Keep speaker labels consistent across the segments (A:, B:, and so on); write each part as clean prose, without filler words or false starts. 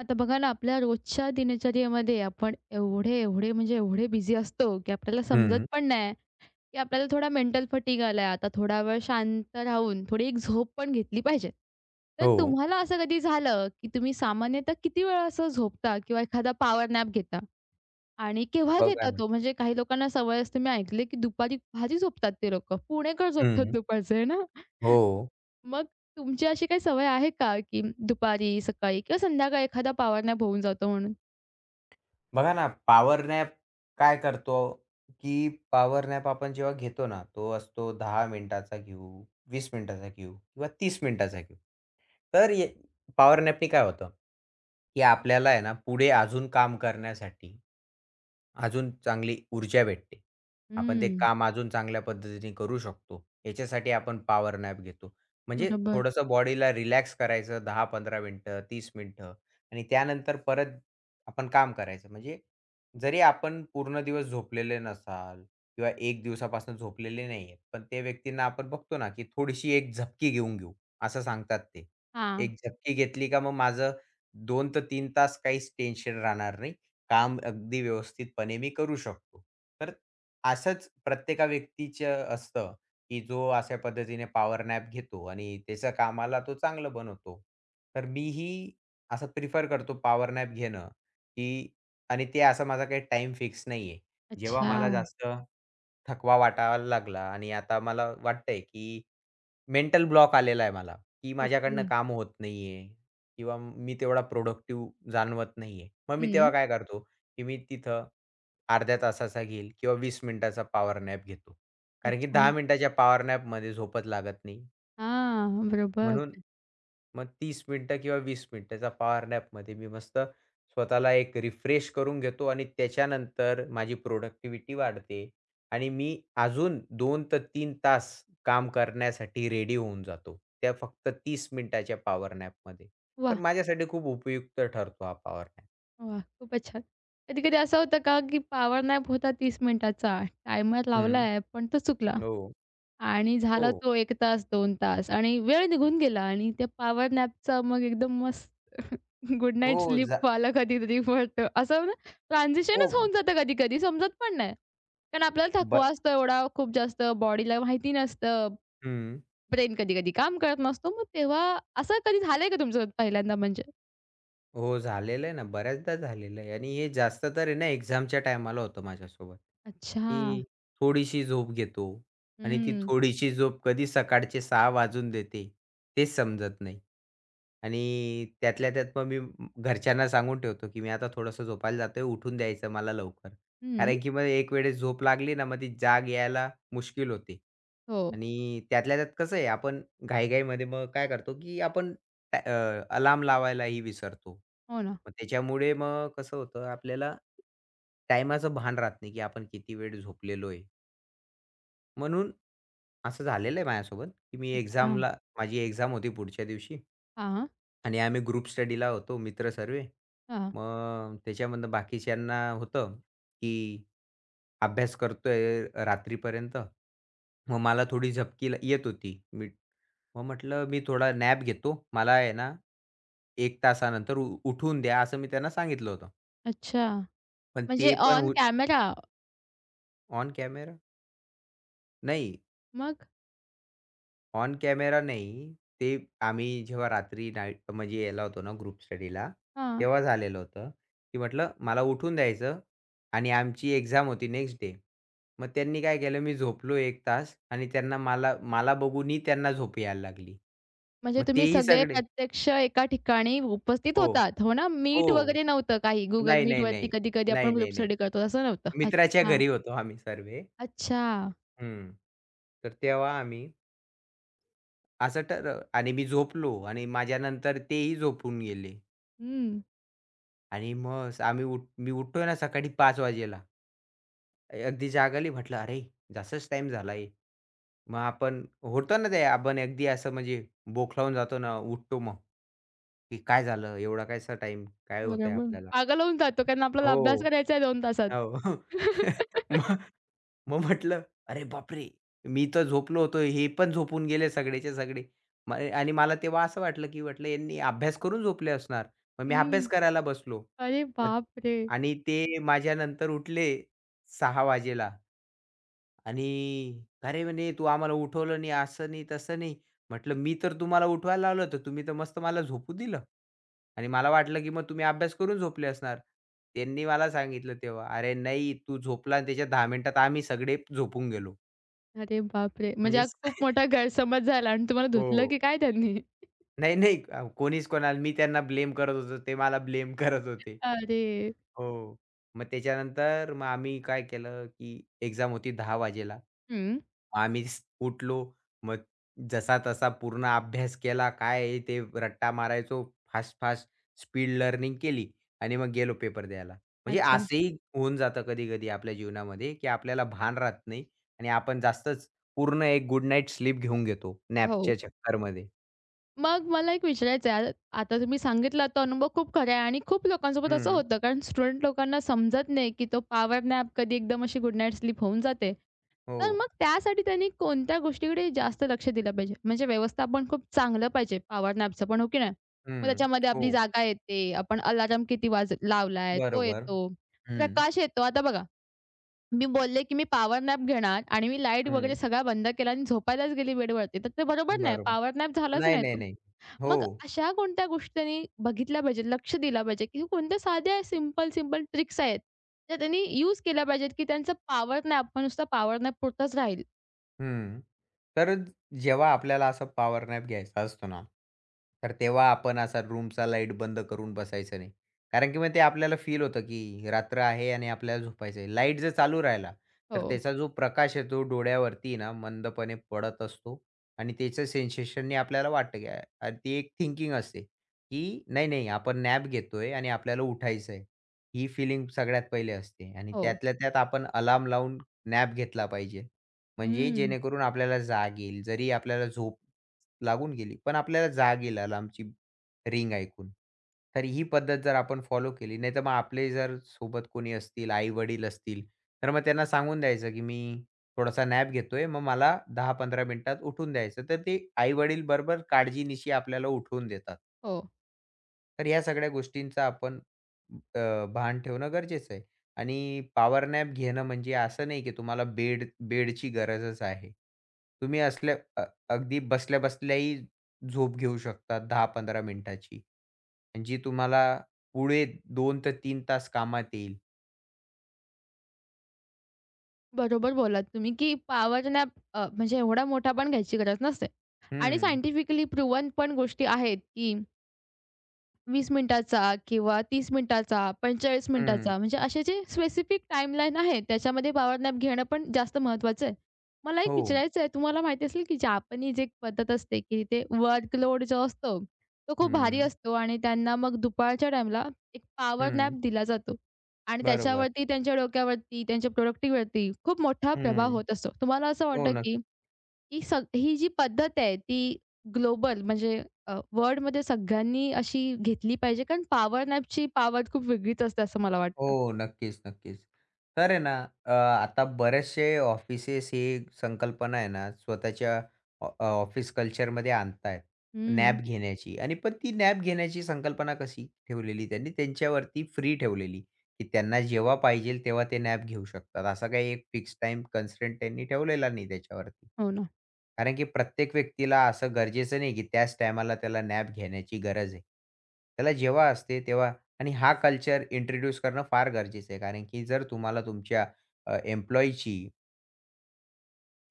A: आता बघा ना, आपल्या रोजच्या दिनचर्येमध्ये आपण एवढे, एवढे म्हणजे एवढे बिझी असतो, की आपल्याला समजत
B: हं.
A: पण नाही, की आपल्याला थोडा मेंटल फटीग आलाय. आता थोडा वेळ शांत राहून थोडी एक झोप पण घेतली पाहिजे. तर
B: हो.
A: तुम्हाला असं कधी झालं, की तुम्ही सामान्यतः किती वेळा असं झोपता किंवा एखादा पॉवर नॅप घेता आणि केव्हा
B: बघा
A: घेता
B: ना.
A: तो? म्हणजे काही लोकांना सवय असते, मी ऐकले, की दुपारी भारी झोपतात ते लोकं. पुणेकर झोपतात
B: हं.
A: दुपारचे, आहे ना?
B: हो.
A: मग तुमची अशी काही सवय आहे का, की दुपारी, सकाळी किंवा संध्याकाळी एखादा पॉवर नॅप होऊन जातो म्हणून?
B: बघा ना, पॉवर नॅप काय करतो, की पॉवर नॅप आपण जेव्हा घेतो ना, तो असतो 10 मिनिटाचा घेऊ, 20 मिनिटाचा घेऊ किंवा 30 मिनिटाचा घेऊ. तर पॉवर नॅपनी काय होतं, की आपल्याला आहे ना, पुढे अजून काम करण्यासाठी, अजून चांगली ऊर्जा भेटते. आपण ते
A: हं,
B: काम अजून चांगल्या पद्धतीने करू शकतो. याच्यासाठी आपण पॉवर नॅप घेतो. म्हणजे
A: बरोबर.
B: थोडंसं बॉडीला रिलॅक्स करायचं 10-15 मिनिटं, 30 मिनिटं आणि त्यानंतर परत आपण काम करायचं. म्हणजे जरी आपण पूर्ण दिवस झोपलेले नसाल किंवा 1 दिवसापासून झोपलेले नाहीये, पण त्या व्यक्तींना आपण बघतो ना, की थोडीशी एक झपकी घेऊन घेऊ, असं सांगतात ते.
A: हां.
B: एक झपकी घेतली का मग माझं 2 ते 3 तास काहीच टेन्शन राहणार नाही. काम अगदी व्यवस्थितपणे मी करू शकतो. तर असंच प्रत्येका व्यक्तीचं असतं, की जो अशा पद्धतीने पॉवर नॅप घेतो आणि त्याच्या कामाला तो चांगलं बनवतो. तर मीही असं प्रिफर करतो पॉवर नॅप घेणं. की आणि ते असा माझा काही टाईम फिक्स नाहीये. जेव्हा
A: अच्छा.
B: मला जास्त थकवा वाटायला लागला आणि आता मला वाटतंय की मेंटल ब्लॉक आलेला आहे मला, की माझ्याकडनं
A: ओके.
B: काम होत नाहीये किंवा मी तेवढा प्रोडक्टिव्ह जाणवत नाहीये. मग मी तेव्हा
A: हं.
B: काय करतो, की मी तिथं अर्ध्या तासाचा घेईल किंवा 20 मिनिटाचा पॉवर नॅप घेतो. कारण की
A: अच्छा.
B: 10 मिनिटाच्या पॉवर नॅपमध्ये झोपच लागत नाही.
A: हां, बरोबर.
B: म्हणून मग 30 मिनिटं किंवा 20 मिनिटाच्या पॉवर नॅपमध्ये मी मस्त स्वतःला एक रिफ्रेश करून घेतो आणि त्याच्यानंतर माझी प्रोडक्टिव्हिटी वाढते आणि मी अजून 2 ते 3 तास काम करण्यासाठी रेडी होऊन जातो. त्या फक्त 30 मिनिटाच्या पॉवर नॅपमध्ये. तर
A: वा,
B: माझ्यासाठी खूप उपयुक्त ठरतो हा पॉवर नॅप.
A: वा, खूपच छान. कधी-कधी असं होतं का, की पॉवर नॅप होता 30 मिनिटाचा, टायमर
B: हं.
A: लावलाय, पण तो चुकला
B: हो,
A: आणि
B: हो.
A: झाला तो 1 तास, 2 तास आणि वेळ निघून गेला आणि त्या पॉवर नॅपचा मग एकदम गुड
B: हो,
A: नाईट
B: जा
A: स्लीपवाला कधी-कधी पडतं. असं ना ट्रान्झिशनच
B: हो,
A: होऊन जातं कधी-कधी समजत पण नाही. कारण आपल्याला थकवा
B: ब
A: असतो एवढा खूप जास्त, बॉडीला माहिती नसतं,
B: हं.
A: ब्रेन कधी-कधी काम करत नसतो. मग तेव्हा असं कधी झालंय का तुमचं पहिल्यांदा म्हणजे?
B: हो, झालेलं आहे ना, बऱ्याचदा झालेलं आहे आणि हे जास्त तर आहे ना एक्झामच्या टायमाला होतं माझ्यासोबत,
A: अच्छा.
B: की थोडीशी झोप घेतो आणि ती
A: हं.
B: थोडीशी झोप कधी सकाळचे 6 वाजून देते, तेच समजत नाही. आणि त्यातल्या त्यात मग मी घरच्यांना सांगून ठेवतो, की मी आता थोडंसं झोपायला जातोय, उठून द्यायचं मला लवकर.
A: हं.
B: कारण की मग एक वेळेस झोप लागली ना, मग ती जाग यायला मुश्किल होते.
A: हो.
B: आणि त्यातल्या त्यात कसं आहे, आपण घाई मग काय करतो, की आपण अ, अलार्म लावायलाही विसरतो.
A: हो ना.
B: मग त्याच्यामुळे मग कसं होतं आपल्याला टाईमाचं भान राहत नाही, की आपण किती वेळ झोपलेलोय. म्हणून असं झालेलं आहे माझ्यासोबत, की मी
A: अच्छा.
B: एक्झामला माझी एक्झाम होती पुढच्या दिवशी.
A: हां,
B: आणि आम्ही ग्रुप स्टडीला होतो मित्र सर्व.
A: हां.
B: मग त्याच्यामधनं बाकीच्यांना होतं, की अभ्यास करतोय रात्रीपर्यंत. मग मला थोडी झपकी येत होती. मी मग म्हटलं, "मी थोडा नॅप घेतो. मला आहे ना, 1 तासानंतर उठवून द्या." असं मी त्यांना सांगितलं होतं.
A: अच्छा.
B: पण
A: म्हणजे
B: ते पण
A: ऑन
B: हो
A: कॅमेरा.
B: On camera? नाही.
A: मग?
B: ऑन कॅमेरा नाही. ते आम्ही जेव्हा रात्री नाईट म्हणजे याला होतो ना ग्रुप स्टडीला,
A: हां.
B: तेव्हा झालेलं होतं, की म्हटलं मला उठून द्यायचं आणि आमची एक्झाम होती नेक्स्ट डे. मग त्यांनी काय केलं मी झोपलो 1 तास आणि त्यांना मला मला बघूनही त्यांना झोप यायला लागली.
A: म्हणजे
B: मग
A: तुम्ही
B: तेही
A: सगळे
B: सगळे
A: प्रत्यक्ष एका ठिकाणी उपस्थित
B: हो,
A: होतात, हो ना? मीट
B: हो.
A: वगैरे नव्हतं काही. Google
B: नाही, नाही,
A: Meetवरती
B: नाही.
A: कधी-कधी
B: नाही,
A: आपण
B: नाही,
A: ग्रुप
B: नाही.
A: स्टडी करतो तसं नव्हतं.
B: मित्राच्या
A: अच्छा,
B: घरी होतो आम्ही सर्व
A: अच्छा.
B: हं. तर तेव्हा आम्ही असं ठरव आणि मी झोपलो आणि माझ्यानंतर तेही झोपून गेले.
A: हं,
B: आणि मग आम्ही उठ मी उठतोय ना सकाळी 5:00 वाजेला. अगदी जाग आली म्हटलं, "अरे, जास्तच टाईम झाला आहे." मग आपण होतं ना ते आपण अगदी असं म्हणजे बोखलावून जातो ना, उठतो मग, की काय झालं? एवढा कायसा टाईम? काय होतंय
A: बरोबर.
B: आपल्याला?
A: पागल होऊन जातो कारण आपल्याला अभ्यास
B: हो,
A: करायचा आहे 2 तासात.
B: हो. मग मग म्हटलं, "अरे बापरे! मी तर झोपलो होतो, हे पण झोपून गेले सगळेच्या सगळे." आणि मला तेव्हा असं वाटलं, की म्हटलं यांनी अभ्यास करून झोपले असणार. मग मी
A: हं.
B: अभ्यास करायला बसलो.
A: अरे
B: मग
A: बापरे!
B: आणि ते माझ्यानंतर उठले 6:00 वाजेला आणि "अरे!" म्हणे, "तू आम्हाला उठवलं नाही, असं नाही, तसं नाही." म्हटलं, "मी तर तुम्हाला उठवायला लावलं होतं. तुम्ही तर मस्त मला झोपू दिलं आणि मला वाटलं, की मग तुम्ही अभ्यास करून झोपले असणार." त्यांनी मला सांगितलं तेव्हा, "अरे नाही, तू झोपला आणि त्याच्या 10 मिनिटात आम्ही सगळे झोपून गेलो."
A: अरे बापरे! म्हणजे
B: म्हणजे
A: हा खूप मोठा गैरसमज झाला आणि तुम्हाला
B: हो.
A: धुतलं की काय त्यांनी?
B: नाही, नाही. कोणीच कोणाला मी त्यांना ब्लेम करत होतो. ते मला ब्लेम करत होते.
A: अरे!
B: हो. मग त्याच्यानंतर मग आम्ही काय केलं, की एक्झाम होती 10 वाजेला. मग
A: हं.
B: आम्ही उठलो. मग जसा-तसा पूर्ण अभ्यास केला. काय आहे ते रट्टा मारायचो. फास्ट-फास्ट स्पीड लर्निंग केली आणि मग गेलो पेपर द्यायला. म्हणजे
A: अच्छा.
B: असंही होऊन जातं कधी-कधी आपल्या जीवनामध्ये, की आपल्याला भान राहत नाही आणि आपण जास्तच पूर्ण एक गुड नाईट स्लीप घेऊन घेतो
A: हो.
B: नॅपच्या चक्करमध्ये.
A: मग मला एक विचारायचं आहे, आता तुम्ही सांगितला तो अनुभव खूप खरा आहे आणि खूप लोकांसोबत असं
B: हं.
A: होतं, कारण स्टुडंट लोकांना समजत नाही, की तो पॉवर नॅप कधी एकदम अशी गुड नाईट स्लीप होऊन जाते.
B: हो.
A: तर मग त्यासाठी त्यांनी कोणत्या गोष्टीकडे जास्त लक्ष दिलं पाहिजे? म्हणजे व्यवस्थापन खूप चांगलं पाहिजे पॉवर नॅपचं पण, हो की नाही? मग
B: हं.
A: त्याच्यामध्ये आपली
B: हो.
A: जागा येते, आपण अलार्म किती लावलाय, तो
B: बरोबर.
A: येतो,
B: हं.
A: प्रकाश येतो. आता बघा, मी बोलले, की मी पॉवर नॅप घेणार आणि मी लाईट वगैरे
B: हं.
A: सगळा बंद केला आणि झोपायलाच गेली बेडवरती, तर ते बरोबर नाही.
B: बरोबर.
A: पॉवर नॅप झालाच
B: नाही,
A: नाही.
B: नाही, नाही. हो.
A: मग अशा कोणत्या गोष्टींनी बघितल्या पाहिजेत, लक्ष दिला पाहिजे, की कोणत्या साध्या सिंपल, सिंपल ट्रिक्स आहेत, त्या त्यांनी यूज केल्या पाहिजेत, की त्यांचा पॉवर नॅप आपण नुसता पॉवर नॅप पुरताच राहील.
B: हं. तर जेव्हा आपल्याला असा पॉवर नॅप घ्यायचा असतो ना, तर तेव्हा आपण असा रूमचा लाईट बंद करून बसायचं नाही. कारण की मग ते आपल्याला फील होतं, की रात्र आहे आणि आपल्याला झोपायचं आहे. लाईट जर चालू राहिला, तर
A: हो.
B: त्याचा जो प्रकाश आहे तो डोळ्यावरती ना मंदपणे पडत असतो आणि त्याचं सेन्सेशननी आपल्याला वाटतं, की अ, अ, ती एक थिंकिंग असते, की नाही, नाही आपण नॅप घेतोय आणि आपल्याला उठायचं आहे. ही फीलिंग सगळ्यात पहिले असते आणि
A: हो.
B: त्यातल्या त्यात आपण अलार्म लावून नॅप घेतला पाहिजे. म्हणजे
A: हं.
B: जेणेकरून आपल्याला जाग येईल. जरी आपल्याला झोप लागून गेली, पण आपल्याला जाग येईल अलार्मची रिंग ऐकून. तर ही पद्धत जर आपण फॉलो केली, नाहीतर मग आपले जर सोबत कोणी असतील, आई-वडील असतील, तर मग त्यांना सांगून द्यायचं, की मी थोडासा नॅप घेतोय, मग मला 10-15 मिनिटात उठून द्यायचं. तर ते आई-वडील बरोबर काळजीनिशी आपल्याला उठवून देतात.
A: हो.
B: तर या सगळ्या गोष्टींचा आपण भान ठेवणं गरजेचं आहे आणि पॉवर नॅप घेणं म्हणजे असं नाही की तुम्हाला बेड बेडची गरजच आहे. तुम्ही असल्या अगदी बसल्या-बसल्याही झोप घेऊ शकता 10-15 मिनिटाची. आणि जी तुम्हाला पुढे 2 ते 3 तास कामात येईल.
A: बरोबर बोललात तुम्ही, की पॉवर नॅप, म्हणजे एवढा मोठा पण घ्यायची गरज नसते आणि
B: हं,
A: सायंटिफिकली प्रूव्हन पण गोष्टी आहेत, की 20 मिनिटाचा किंवा 30 मिनिटाचा, 45
B: हं.
A: मिनिटाचा, म्हणजे असे जे स्पेसिफिक टाईमलाईन आहे त्याच्यामध्ये पॉवर नॅप घेणं पण जास्त महत्त्वाचं आहे. मला एक
B: हो.
A: विचारायचं आहे, तुम्हाला माहिती असेल की जापानीज एक पद्धत असते की ते वर्कलोड जो असतो, तो खूप भारी
B: हं,
A: असतो आणि त्यांना मग दुपारच्या टाईमला एक पॉवर नॅप
B: हं.
A: दिला जातो आणि
B: बरोबर.
A: त्याच्यावरती त्यांच्या डोक्यावरती, त्यांच्या प्रोडक्टिव्हिटीवरती खूप मोठा प्रभाव
B: हं.
A: होत असतो. तुम्हाला असं
B: हो,
A: वाटतं की ही जी पद्धत आहे ती ग्लोबल, म्हणजे वर्ल्डमध्ये सगळ्यांनी अशी घेतली पाहिजे, कारण पॉवर नॅपची पॉवर खूप वेगळीच असते असं मला वाटतं.
B: हो. नक्कीच, नक्कीच. तर आहे ना आता बरेचसे ऑफिसेस ही संकल्पना आहे ना स्वतःच्या ऑफिस कल्चरमध्ये आणतायत
A: हं.
B: नॅप घेण्याची आणि पण ती नॅप घेण्याची संकल्पना कशी ठेवलेली त्यांनी त्यांच्यावरती फ्री ठेवलेली, की त्यांना जेव्हा पाहिजेल तेव्हा ते नॅप घेऊ शकतात. असा काही एक फिक्स टाईम कन्स्ट्रेंट त्यांनी ठेवलेला नाही त्याच्यावरती.
A: हो ना.
B: कारण की प्रत्येक व्यक्तीला असं गरजेचं नाही, की त्याच टायमाला त्याला नॅप घेण्याची गरज आहे. त्याला जेव्हा असते तेव्हा आणि हा कल्चर इंट्रोड्यूस करणं फार गरजेचं आहे. कारण की जर तुम्हाला तुमच्या एम्प्लॉयीची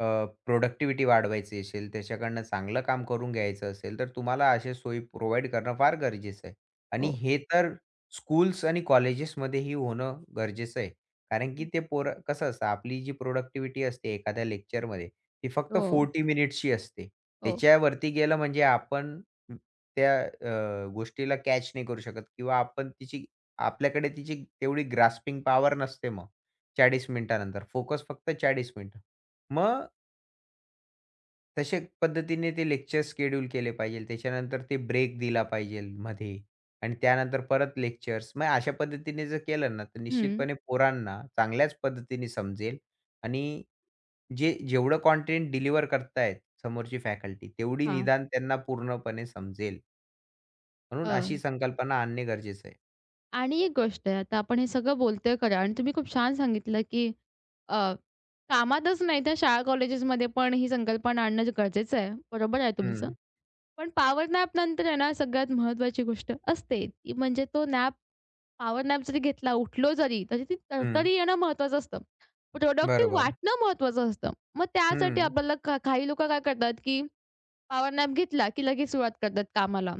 B: अ, प्रोडक्टिव्हिटी वाढवायची असेल, त्याच्याकडनं चांगलं काम करून घ्यायचं असेल, तर तुम्हाला अशा सोयी प्रोव्हाईड करणं फार गरजेचं आहे. आणि
A: हो.
B: हे तर स्कूल्स आणि कॉलेजेसमध्येही होणं गरजेचं आहे. कारण की ते पोरं कसं असतं, आपली जी प्रोडक्टिव्हिटी असते एखाद्या लेक्चरमध्ये, ती फक्त
A: हो,
B: 40 मिनिट्सची असते.
A: हो.
B: त्याच्यावरती गेलं म्हणजे आपण त्या गोष्टीला कॅच नाही करू शकत किंवा आपण तिची आपल्याकडे तिची तेवढी ग्रास्पिंग पॉवर नसते मग 40 मिनिटानंतर. फोकस फक्त 40 मिनिटं. मग तशा पद्धतीने ते लेक्चर शेड्यूल केले पाहिजे. त्याच्यानंतर ते ब्रेक दिला पाहिजे मध्ये आणि त्यानंतर परत लेक्चर्स. मग अशा पद्धतीने जर केलं ना, तर
A: हं.
B: निश्चितपणे पोरांना चांगल्याच पद्धतीने समजेल आणि जे जेवढं कंटेंट डिलिव्हर करतायत समोरची फॅकल्टी, तेवढी
A: हां.
B: निदान त्यांना पूर्णपणे समजेल. म्हणून
A: अ,
B: अशी संकल्पना आणणे गरजेचं आहे.
A: आणि एक गोष्ट आहे, आता आपण हे सगळं बोलतोय खरं आणि तुम्ही खूप छान सांगितलं, की अ, कामातच नाही तर शाळा कॉलेजेसमध्ये पण ही संकल्पना आणणं गरजेचं आहे. बरोबर आहे तुमचं.
B: हं,
A: पण पॉवर नॅप नंतर आहे ना सगळ्यात महत्त्वाची गोष्ट असते ती म्हणजे तो नॅप. पॉवर नॅप जरी घेतला, उठलो जरी, तरी ती
B: हं.
A: तरतरी येणं महत्त्वाचं असतं. प्रॉडक्टिव्ह
B: बरोबर.
A: वाटणं महत्त्वाचं असतं. मग त्यासाठी
B: हं.
A: आपल्याला का काही लोकं काय करतात, की पॉवर नॅप घेतला, की लगेच सुरुवात करतात कामाला.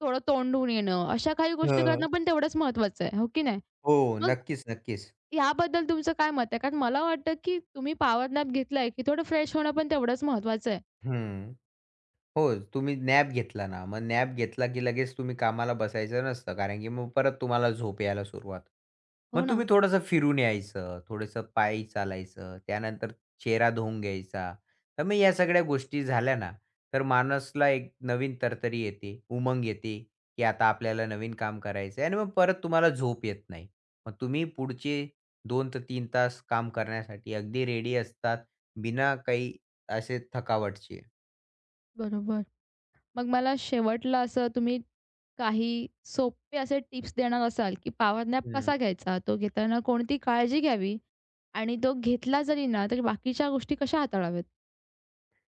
A: थोडं तोंड धुवून येणं, अशा काही गोष्टी
B: हं.
A: करणं पण तेवढंच महत्त्वाचं आहे, हो की नाही?
B: हो.
A: मग
B: नक्कीच, नक्कीच.
A: याबद्दल तुमचं काय मत आहे? कारण मला वाटतं, की तुम्ही पॉवर नॅप घेतलाय, की थोडं फ्रेश होणं पण तेवढंच महत्त्वाचं आहे.
B: हं. हो, तुम्ही नॅप घेतला ना, मग नॅप घेतला की लगेच तुम्ही कामाला बसायचं नसतं, कारण की मग परत तुम्हाला झोप यायला सुरुवात.
A: हो
B: मग
A: ना.
B: तुम्ही थोडंसं फिरून यायचं, थोडंसं पायी चालायचं, त्यानंतर चेहरा धुवून घ्यायचा. तर मग या सगळ्या गोष्टी झाल्या ना, तर माणसाला एक नवीन तरतरी येते, उमंग येते, की आता आपल्याला नवीन काम करायचं आहे आणि मग परत तुम्हाला झोप येत नाही. मग तुम्ही पुढचे 2 ते 3 तास काम करण्यासाठी अगदी रेडी असतात, बिना काही असे थकावटचे.
A: बरोबर. मग मला शेवटला असं तुम्ही काही सोपे असे टिप्स देणार असाल, की पॉवर नॅप कसा घ्यायचा? तो घेताना कोणती काळजी घ्यावी? आणि तो घेतला जरी ना, तरी बाकीच्या गोष्टी कशा हाताळाव्यात?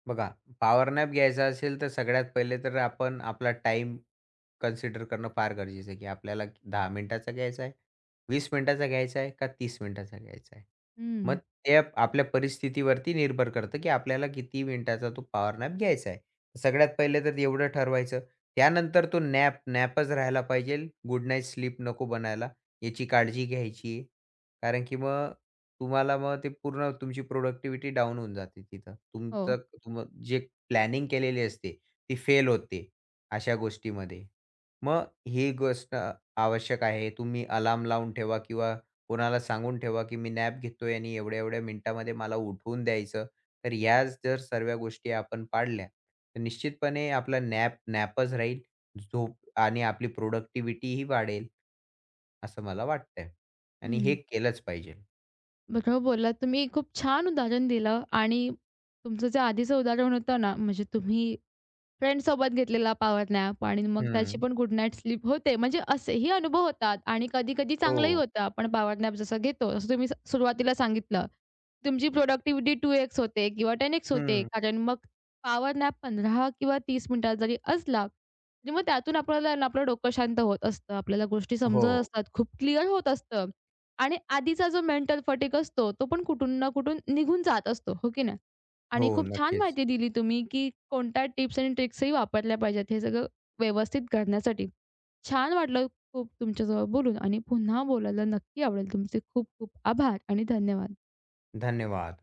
B: बघा, पॉवर नॅप घ्यायचा असेल, तर सगळ्यात पहिले तर आपण आपला टाइम कन्सिडर करणं फार गरजेचं आहे, की आपल्याला 10 मिनिटाचा घ्यायचा आहे, 20 मिनिटाचा घ्यायचा आहे का 30 मिनिटाचा घ्यायचा आहे. मग
A: हं.
B: ते आपल्या परिस्थितीवरती निर्भर करतं, की आपल्याला किती मिनिटाचा तो पॉवर नॅप घ्यायचा आहे. सगळ्यात पहिले तर एवढं ठरवायचं. त्यानंतर तो नॅप नॅपच राहायला पाहिजे. गुड नाईट स्लीप नको बनायला. याची काळजी घ्यायची आहे. कारण की मग तुम्हाला मग ते पूर्ण तुमची प्रोडक्टिव्हिटी डाउन होऊन जाते तिथं.
A: हो.
B: तुमचं तुम जे प्लॅनिंग केलेली असते ती फेल होते अशा गोष्टीमध्ये. मग ही गोष्ट आवश्यक आहे. तुम्ही अलार्म लावून ठेवा किंवा कोणाला सांगून ठेवा, की मी नॅप घेतोय आणि एवढ्या-एवढ्या मिनिटामध्ये मला उठवून द्यायचं. तर ह्या जर सर्व गोष्टी आपण पाळल्या, तर निश्चितपणे आपला नॅप नॅपच राहील. झोप आणि आपली प्रोडक्टिव्हिटी ही वाढेल, असं मला वाटतंय. आणि हे
A: हं.
B: केलंच पाहिजे.
A: बरोबर बोललात तुम्ही. खूप छान उदाहरण दिलं आणि तुमचं जे आधीचं उदाहरण होतं ना, म्हणजे तुम्ही फ्रेंड्ससोबत घेतलेला पॉवर नॅप आणि मग त्याची
B: हं.
A: पण गुड नाईट स्लीप होते. म्हणजे असेही अनुभव होतात आणि कधी-कधी चांगलंही
B: हो.
A: होतं. आपण पॉवर नॅप जसं घेतो, जसं तुम्ही सुरुवातीला सांगितलं. तुमची प्रोडक्टिव्हिटी 2x होते किंवा 10x होते.
B: हं.
A: कारण मग पॉवर नॅप 15 किंवा 30 मिनिटात जरी असला, तरी मग त्यातून आपल्याला ना आपलं डोकं शांत होत असतं. आपल्याला गोष्टी
B: हो.
A: समजत असतात, खूप क्लिअर होत असतं आणि आधीचा जो मेंटल फटीग असतो, तो पण कुठून ना कुठून निघून जात असतो. हो की नाही?
B: हो.
A: आणि खूप छान
B: नक्कीच.
A: माहिती दिली तुम्ही, की कोणत्या टिप्स आणि ट्रिक्सही वापरल्या पाहिजेत हे सगळं व्यवस्थित करण्यासाठी. छान वाटलं खूप तुमच्यासोबत बोलून आणि पुन्हा बोलायला नक्की आवडेल. तुमचे खूप खूप आभार आणि धन्यवाद.
B: धन्यवाद.